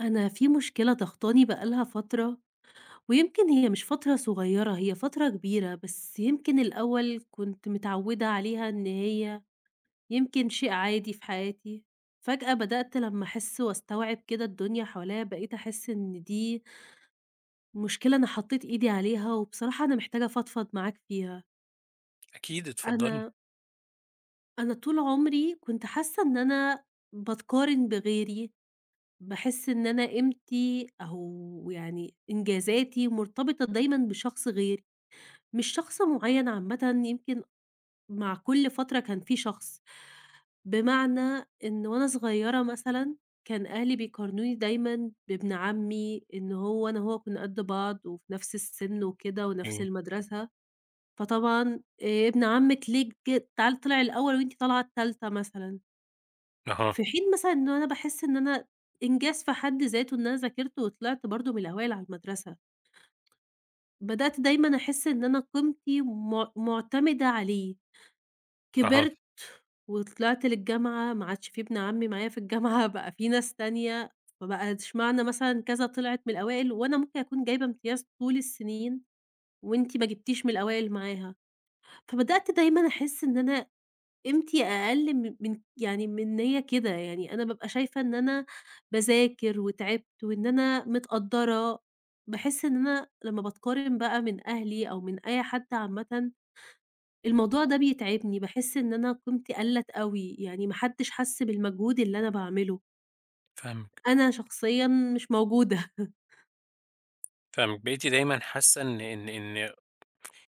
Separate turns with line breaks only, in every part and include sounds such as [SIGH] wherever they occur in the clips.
أنا في مشكلة ضغطاني بقى لها فترة، ويمكن هي مش فترة صغيرة، هي فترة كبيرة، بس يمكن الأول كنت متعودة عليها إن هي يمكن شيء عادي في حياتي، فجأة بدأت لمّا أحس وأستوعب كده الدنيا حواليّا، بقيت أحس إن دي مشكلة أنا حطيت إيدي عليها، وبصراحة أنا محتاجة أفضفض معاك فيها.
أكيد، اتفضلي.
أنا أنا طول عمري كنت حاسة إن أنا باتقارن بغيري، باحس إن أنا قيمتي أو يعني إنجازاتي مرتبطة دايمًا بشخص غيري، مش شخص معيّن عامةً يمكن مع كل فترة كان في شخص، بمعنى إن وأنا صغيّرة مثلًا كان أهلي بيقارنوني دايمًا بابن عمي، إن هو أنا وهو كنا قد بعض وفي نفس السِن وكده ونفس
إمم.
المدرسة، فطبعًا ابن عمِّك ليه ج طل طلع الأول وأنتِ طالعة التالتة مثلًا.
أها،
في حين مثلًا إن أنا باحس إن أنا إنجاز في حد ذاته إن أنا ذاكرت وطلعت برضه من الأوائل على المدرسة، بدأت دايمًا أحس إن أنا قيمتي مُعتمدة عليه،
أها،
كبرت وطلعت للجامعة ما عادش في ابن عمي معايا في الجامعة [LAUGHS] بقى في ناس تانية، فبقى اشمعنى مثلًا كذا طلعت من الأوائل وأنا ممكن أكون جايبة امتياز طول السنين وأنتِ ما جبتيش من الأوائل معاها، فبدأت دايمًا أحس إن أنا قيمتي أقل من يعني من إن هي كده، يعني أنا بابقى شايفة إن أنا باذاكر وتعبت وإن أنا متقدّرة، باحس إن أنا لمّا باتقارن بقى من أهلي أو من أي حد عامةً، الموضوع ده بيتعبني، باحس إن أنا قيمتي قَلّت أوي، يعني ما حدش حَس بالمجهود اللي أنا باعمله،
فاهمِك،
أنا شخصيًا مش موجودة [LAUGHS]
فاهمِك. بقيتِ دايمًا حاسة إن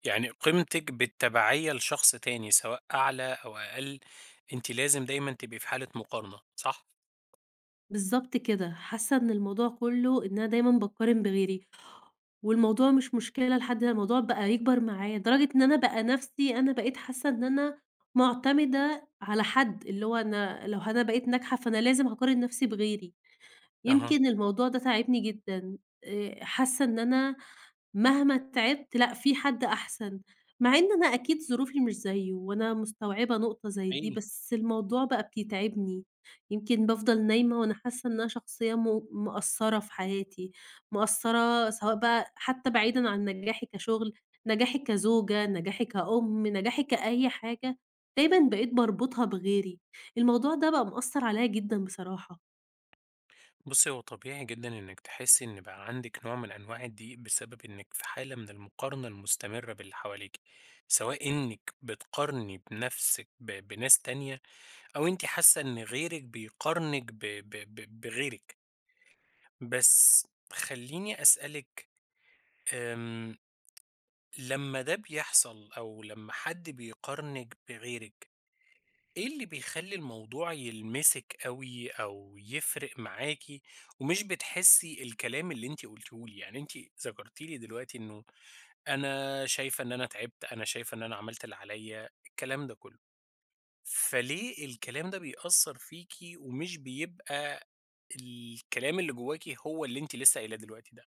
يعني قيمتِك بالتبعية لشخص تاني سواء أعلى أو أقل، أنتِ لازم دايمًا تبقي في حالة مقارنة، صح؟
بالضبط كده، حاسة إن الموضوع كُلّه إن أنا دايمًا باتقارن بغيري. والموضوع مش مشكلة لحد الموضوع بقى يكبر معايا، لدرجة إن أنا بقى نَفْسي أنا بقيت حاسة إن أنا معتمدة على حد، اللي هو أنا لو أنا بقيت ناجحة فأنا لازم هاقارن نَفْسي بغيري.
أها،
يمكن الموضوع ده تاعبني جدًا، حاسة إن أنا مهما تعبت لأ في حد أحسن، مع إن أنا أكيد ظروفي مش زيه، وأنا مستوعبة نقطة زي دي،
حقيقي.
بس الموضوع بقى بيتعبني، يمكن بافضل نايمة وأنا حاسة إن أنا شخصية مقصّرة في حياتي، مقصّرة سواء بقى حتى بعيدًا عن نجاحي كشغل، نجاحي كزوجة، نجاحي كأم، نجاحي كأي حاجة، دايمًا بقيت باربطها بغيري، الموضوع ده بقى مأثّر عليَّ جدًا بصراحة.
بُصّي، هو طبيعي جدًا إنِّك تحسي إن بقى عندِك نوع من أنواع الضيق بسبب إنِّك في حالة من المقارنة المستمرة باللي حواليكِ، سواء إنِّك بتقارني بنفسِك بناس تانية أو أنتِ حاسة إن غيرِك بيقارنِك ب ب ب بغيرِك. بس خلّيني أسألِك آمم، لمّا ده بيحصل أو لمّا حد بيقارنِك بغيرِك، إيه اللي بيخلّي الموضوع يلمسِك أوي أو يفرق معاكِ ومش بتحسّي الكلام اللي أنتِ قُلتيه لي؟ يعني أنتِ ذكرتِ لي دلوقتي إنه أنا شايفة إن أنا تعبت، أنا شايفة إن أنا عملت اللي عليّا، الكلام ده كُلّه. فليه الكلام ده بيأثّر فيكِ ومش بيبقى الكلام اللي جواكِ هو اللي أنتِ لسه قايلاه دلوقتي ده؟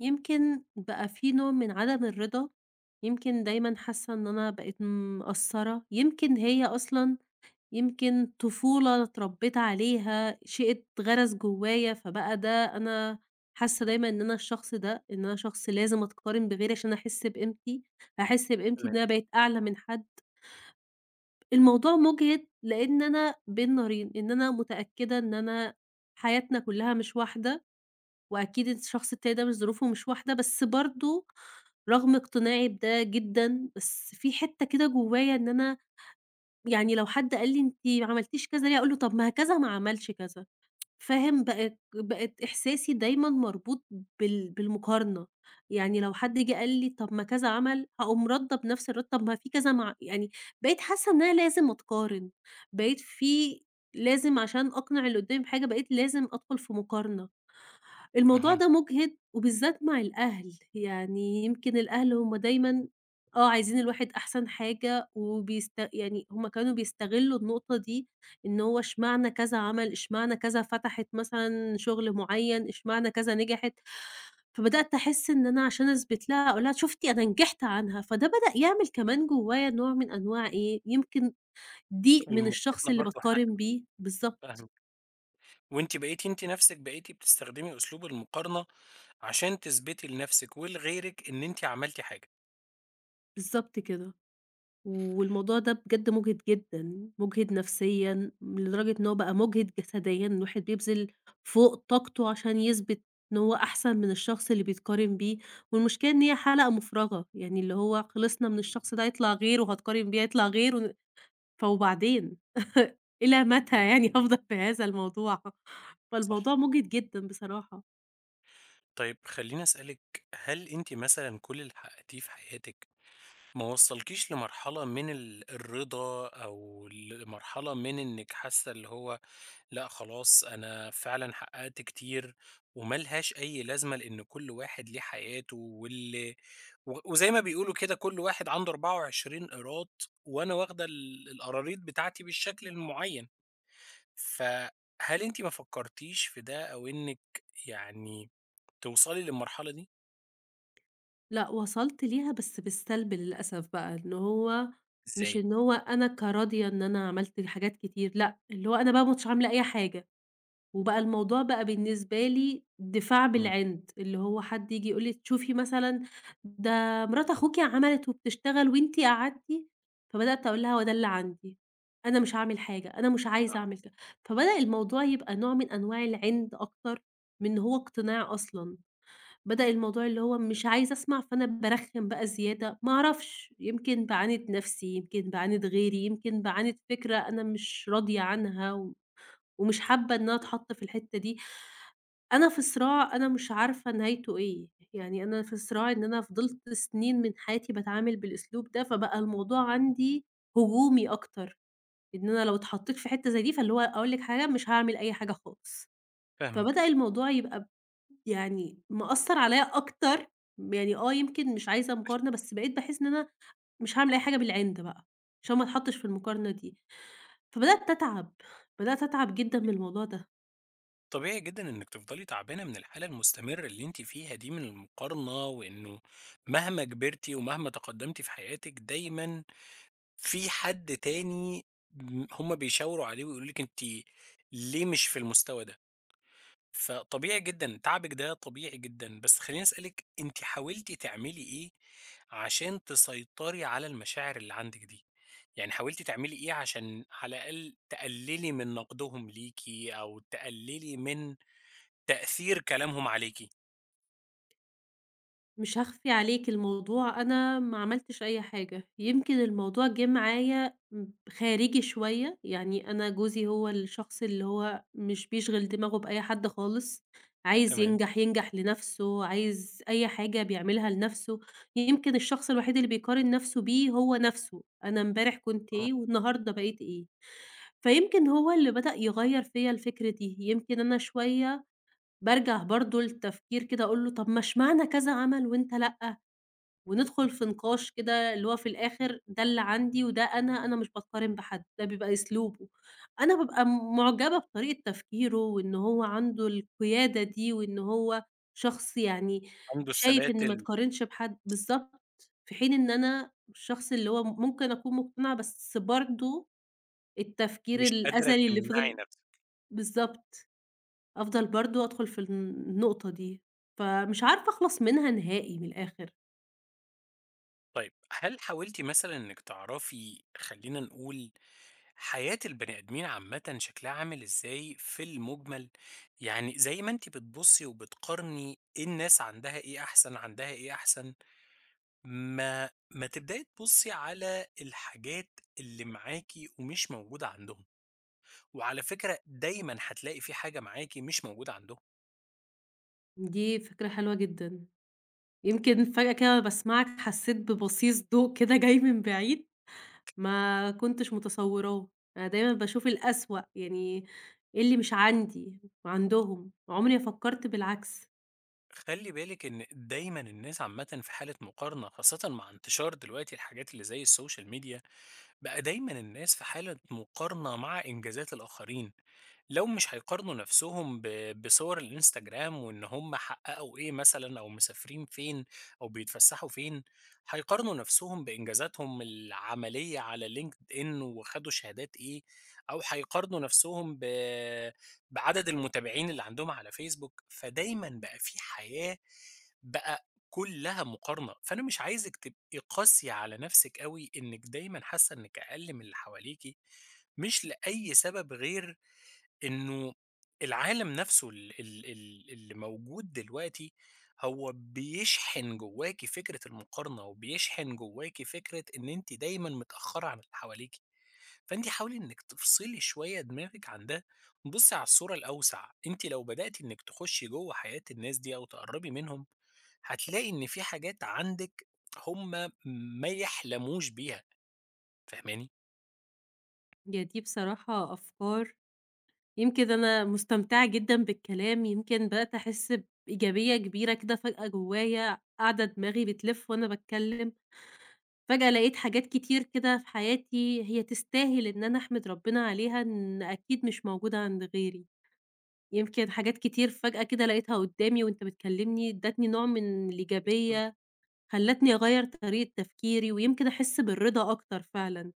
يمكن بقى في نوع من عدم الرضا، يمكن دايمًا حاسة إن أنا بقيت مقصّرة، يمكن هي أصلًا يمكن طفولة أنا اتربيت عليها، شيء اتغرس جوايا، فبقى ده أنا حاسة دايمًا إن أنا الشخص ده، إن أنا شخص لازم أتقارن بغيري عشان أحس بقيمتي، أحس بقيمتي
تمام.
إن أنا بقيت أعلى من حد. الموضوع مُجهِد لإن أنا بين نارين، إن أنا متأكدة إن أنا حياتنا كلّها مش واحدة، وأكيد الشخص التاني ده مش ظروفه مش واحدة، بس برضه رغم اقتناعي بده جدًا، بس في حتّة كده جوايا إن أنا يعني لو حد قال لي: "أنتِ ما عملتيش كذا ليه؟" أقول له: "طب ما كذا ما عملش كذا." فاهم؟ بقت إحساسي دايمًا مربوط بالمقارنة، يعني لو حد جه قال لي: "طب ما كذا عمل." هاقوم رادة بنفس الرد، "طب ما في كذا ما ع" يعني بقيت حاسة إن أنا لازم أتقارن، بقيت في لازم عشان أقنع اللي قدّامي بحاجة، بقيت لازم أدخل في مقارنة. الموضوع
أها.
ده مُجهِد وبالذات مع الأهل، يعني يمكن الأهل هُم دايمًا آه، عايزين الواحد أحسن حاجة وبيست يعني هُم كانوا بيستغلّوا النقطة دي، إن هو اشمعنى كذا عمل، اشمعنى كذا فتحِت مثلًا شُغل معيّن، اشمعنى كذا نجحِت، فبدأت أحس إن أنا عشان أثبت لها أقول لها شُفتِ أنا نجحت عنها، فده بدأ يعمل كمان جوّايا نوع من أنواع إيه، يمكن ضيق من الشخص
المقارنة
اللي
برضه حاجة
باتقارن بيه بالضبط،
فاهمِك، وأنتِ بقيتِ أنتِ نَفْسِك بقيتِ بتستخدمي أسلوب المقارنة عشان تثبتي لنَفْسِك ولغيرِك إن أنتِ عملتِ حاجة،
بالضبط كده. والموضوع ده بجد مُجهِد جدًا، مُجهِد نفسيًا، لدرجة إن هو بقى مُجهِد جسديًا، الواحد بيبذل فوق طاقته عشان يثبت إن هو أحسن من الشخص اللي بيتقارن بيه، والمشكلة إن هي حلقة مُفرغة، يعني اللي هو خلصنا من الشخص ده هيطلع غيره، هاتقارن بيه هيطلع غيره، فوبعدين [LAUGHS] إلى متى يعني هافضل في هذا الموضوع؟
صح.
فالموضوع مُجهِد جدًا بصراحة.
طيب خلّيني أسألِك، هل أنتِ مثلًا كل اللي حققتيه في حياتِك ما وصّلكيش لمرحلة من الرضا أو لمرحلة من إنِّك حاسة اللي هو لأ خلاص، أنا فعلًا حققت كتير وما لهاش أي لازمة، لإن كل واحد ليه حياته واللي و وزي ما بيقولوا كده كل واحد عنده 24 قيراط، وأنا واخدة ال القراريط بتاعتي بالشكل المُعيّن. فهل أنتِ ما فكرتيش في ده أو إنِّك يعني توصلي للمرحلة دي؟
لأ، وصلت ليها بس بالسلب للأسف بقى، إن هو مش
إزاي؟
إن هو أنا كراضية إن أنا عملت حاجات كتير، لأ، اللي هو أنا بقى ما كنتش عاملة أي حاجة، وبقى الموضوع بقى بالنسبة لي دفاع
إمم،
بالعِند، اللي هو حد ييجي يقول لي: "شوفي مثلًا ده مرات أخوكِ عملت وبتشتغل وأنتِ قعدتِ." فبدأت أقول لها: "هو ده اللي عندي، أنا مش هاعمل حاجة، أنا مش عايزة أعمل كده." فبدأ الموضوع يبقى نوع من أنواع العِند أكتر من إن هو اقتناع أصلًا. بدأ الموضوع اللي هو مش عايزة أسمع، فأنا بارخّم بقى زيادة، ما أعرفش، يمكن باعاند نفسي، يمكن باعاند غيري، يمكن باعاند فكرة أنا مش راضية عنها ومش حابة إن أنا أتحط في الحتّة دي. أنا في صراع أنا مش عارفة نهايته إيه، يعني أنا في صراع إن أنا فضلت سنين من حياتي باتعامل بالأسلوب ده، فبقى الموضوع عندي هجومي أكتر، إن أنا لو اتحطيت في حتّة زي دي، فاللي هو أقول لِك حاجة، مش هاعمل أي حاجة خالص.
فاهمِك.
فبدأ الموضوع يبقى يعني مأثّر عليَّ أكتر، يعني آه يمكن مش عايزة مقارنة، بس بقيت باحس إن أنا مش هاعمل أي حاجة بالعِند بقى، عشان ما اتحطّش في المقارنة دي، فبدأت أتعب، بدأت أتعب جدًا من الموضوع ده.
طبيعي جدًا إنِّك تفضلي تعبانة من الحالة المستمرة اللي أنتِ فيها دي من المقارنة، وإنه مهما كبرتِ ومهما تقدّمتِ في حياتِك دايمًا في حد تاني هم بيشاوروا عليه ويقولوا لِك أنتِ ليه مش في المستوى ده؟ فطبيعي جدًا، تعبِك ده طبيعي جدًا، بس خلّيني أسألِك أنتِ حاولتِ تعملي إيه عشان تسيطري على المشاعر اللي عندِك دي؟ يعني حاولتِ تعملي إيه عشان على الأقل تقللي من نقدهم ليكِ أو تقللي من تأثير كلامهم عليكِ؟
مش هاخفي عليكِ الموضوع أنا ما عملتش أي حاجة، يمكن الموضوع جِه معايا خارجي شوية، يعني أنا جوزي هو الشخص اللي هو مش بيشغل دماغه بأي حد خالص، عايز
تمام،
ينجح، ينجح لنَفْسه، عايز أي حاجة بيعملها لنَفْسه، يمكن الشخص الوحيد اللي بيقارن نَفْسه بيه هو نَفْسه، أنا امبارح كنت
آه،
إيه والنهارده بقيت إيه، فيمكن هو اللي بدأ يغيّر فيّا الفكرة دي، يمكن أنا شوية بارجع برضه للتفكير كده أقول له طب ما اشمعنى كذا عمل وأنت لأ، وندخل في نقاش كده اللي هو في الآخر ده اللي عندي وده أنا، أنا مش باتقارن بحد، ده بيبقى أسلوبه. أنا بابقى معجبة بطريقة تفكيره وإن هو عنده القيادة دي وإن هو شخص يعني
عنده
شايف
الثبات
إن ما اتقارنش بحد بالضبط، في حين إن أنا الشخص اللي هو ممكن أكون مقتنعة بس برضه التفكير
مش قادرة
الأزلي اللي
تمنعي
فضل
نفسِك.
بالضبط. أفضل برضه أدخل في النقطة دي، فمش عارفة أخلص منها نهائي من الآخر،
طيب، هل حاولتِ مثلًا إنِّك تعرفي خلّينا نقول حياة البني آدمين عامةً شكلها عامل إزاي في المُجمل؟ يعني زي ما أنتِ بتبُصّي وبتقارني إيه الناس عندها إيه أحسن، عندها إيه أحسن، ما تبدئي تبُصّي على الحاجات اللي معاكِ ومش موجودة عندهم، وعلى فكرة دايمًا هتلاقي في حاجة معاكِ مش موجودة عندهم.
دي فكرة حلوة جدًا، يمكن فجأة كده وأنا باسمعك حسيت ببصيص ضوء كده جاي من بعيد ما كنتش متصوراه، أنا دايمًا باشوف الأسوأ يعني إيه اللي مش عندي وعندهم، عمري ما فكرت بالعكس،
خلّي بالِك إن دايمًا الناس عامةً في حالة مقارنة، خاصةً مع انتشار دلوقتي الحاجات اللي زي السوشيال ميديا، بقى دايمًا الناس في حالة مقارنة مع إنجازات الآخرين، لو مش هيقارنوا نفسهم بصور الإنستجرام وإن هم حققوا إيه مثلًا أو مسافرين فين أو بيتفسحوا فين، هيقارنوا نفسهم بإنجازاتهم العملية على LinkedIn وخدوا شهادات إيه، أو هيقارنوا نفسهم بعدد المتابعين اللي عندهم على فيسبوك، فدايمًا بقى في حياة بقى كلّها مقارنة، فأنا مش عايزِك تبقي قاسية على نفسِك أوي إنِّك دايمًا حاسة إنِّك أقل من اللي حواليكِ، مش لأي سبب غير إنه العالم نفسه ال ال ال اللي موجود دلوقتي هو بيشحن جواكِ فكرة المقارنة، وبيشحن جواكِ فكرة إن أنتِ دايمًا متأخرة عن اللي حواليكِ. فأنتِ حاولي إنِّك تفصلي شوية دماغِك عن ده، بُصي على الصورة الأوسع، أنتِ لو بدأتِ إنِّك تخشي جوّه حياة الناس دي أو تقرّبي منهم، هتلاقي إن في حاجات عندِك هم ما يحلموش بيها، فاهماني؟
هي دي بصراحة أفكار يمكن أنا مستمتعة جدًا بالكلام، يمكن بدأت أحس بإيجابية كبيرة كده فجأة جوايا، قاعدة دماغي بتلِف وأنا باتكلم. فجأة لقيت حاجات كتير كده في حياتي هي تستاهل إن أنا أحمد ربنا عليها إن أكيد مش موجودة عند غيري، يمكن حاجات كتير فجأة كده لقيتها قدّامي وأنت بتكلمني ادّتني نوع من
إمم،
الإيجابية، خلّتني أغيّر طريقة تفكيري ويمكن أحس بالرضا أكتر فعلًا،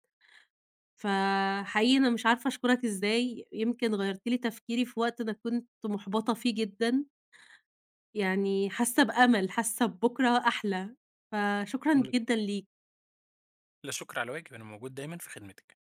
فحقيقي أنا مش عارفة أشكرك إزاي، يمكن غيّرت لي تفكيري في وقت أنا كنت مُحبطة فيه جدًا، يعني حاسة بأمل، حاسة ببُكرة أحلى، فشكرًا
إمم.
جدًا ليك.
لا شكر على واجب، أنا موجود دايمًا في خدمتِك.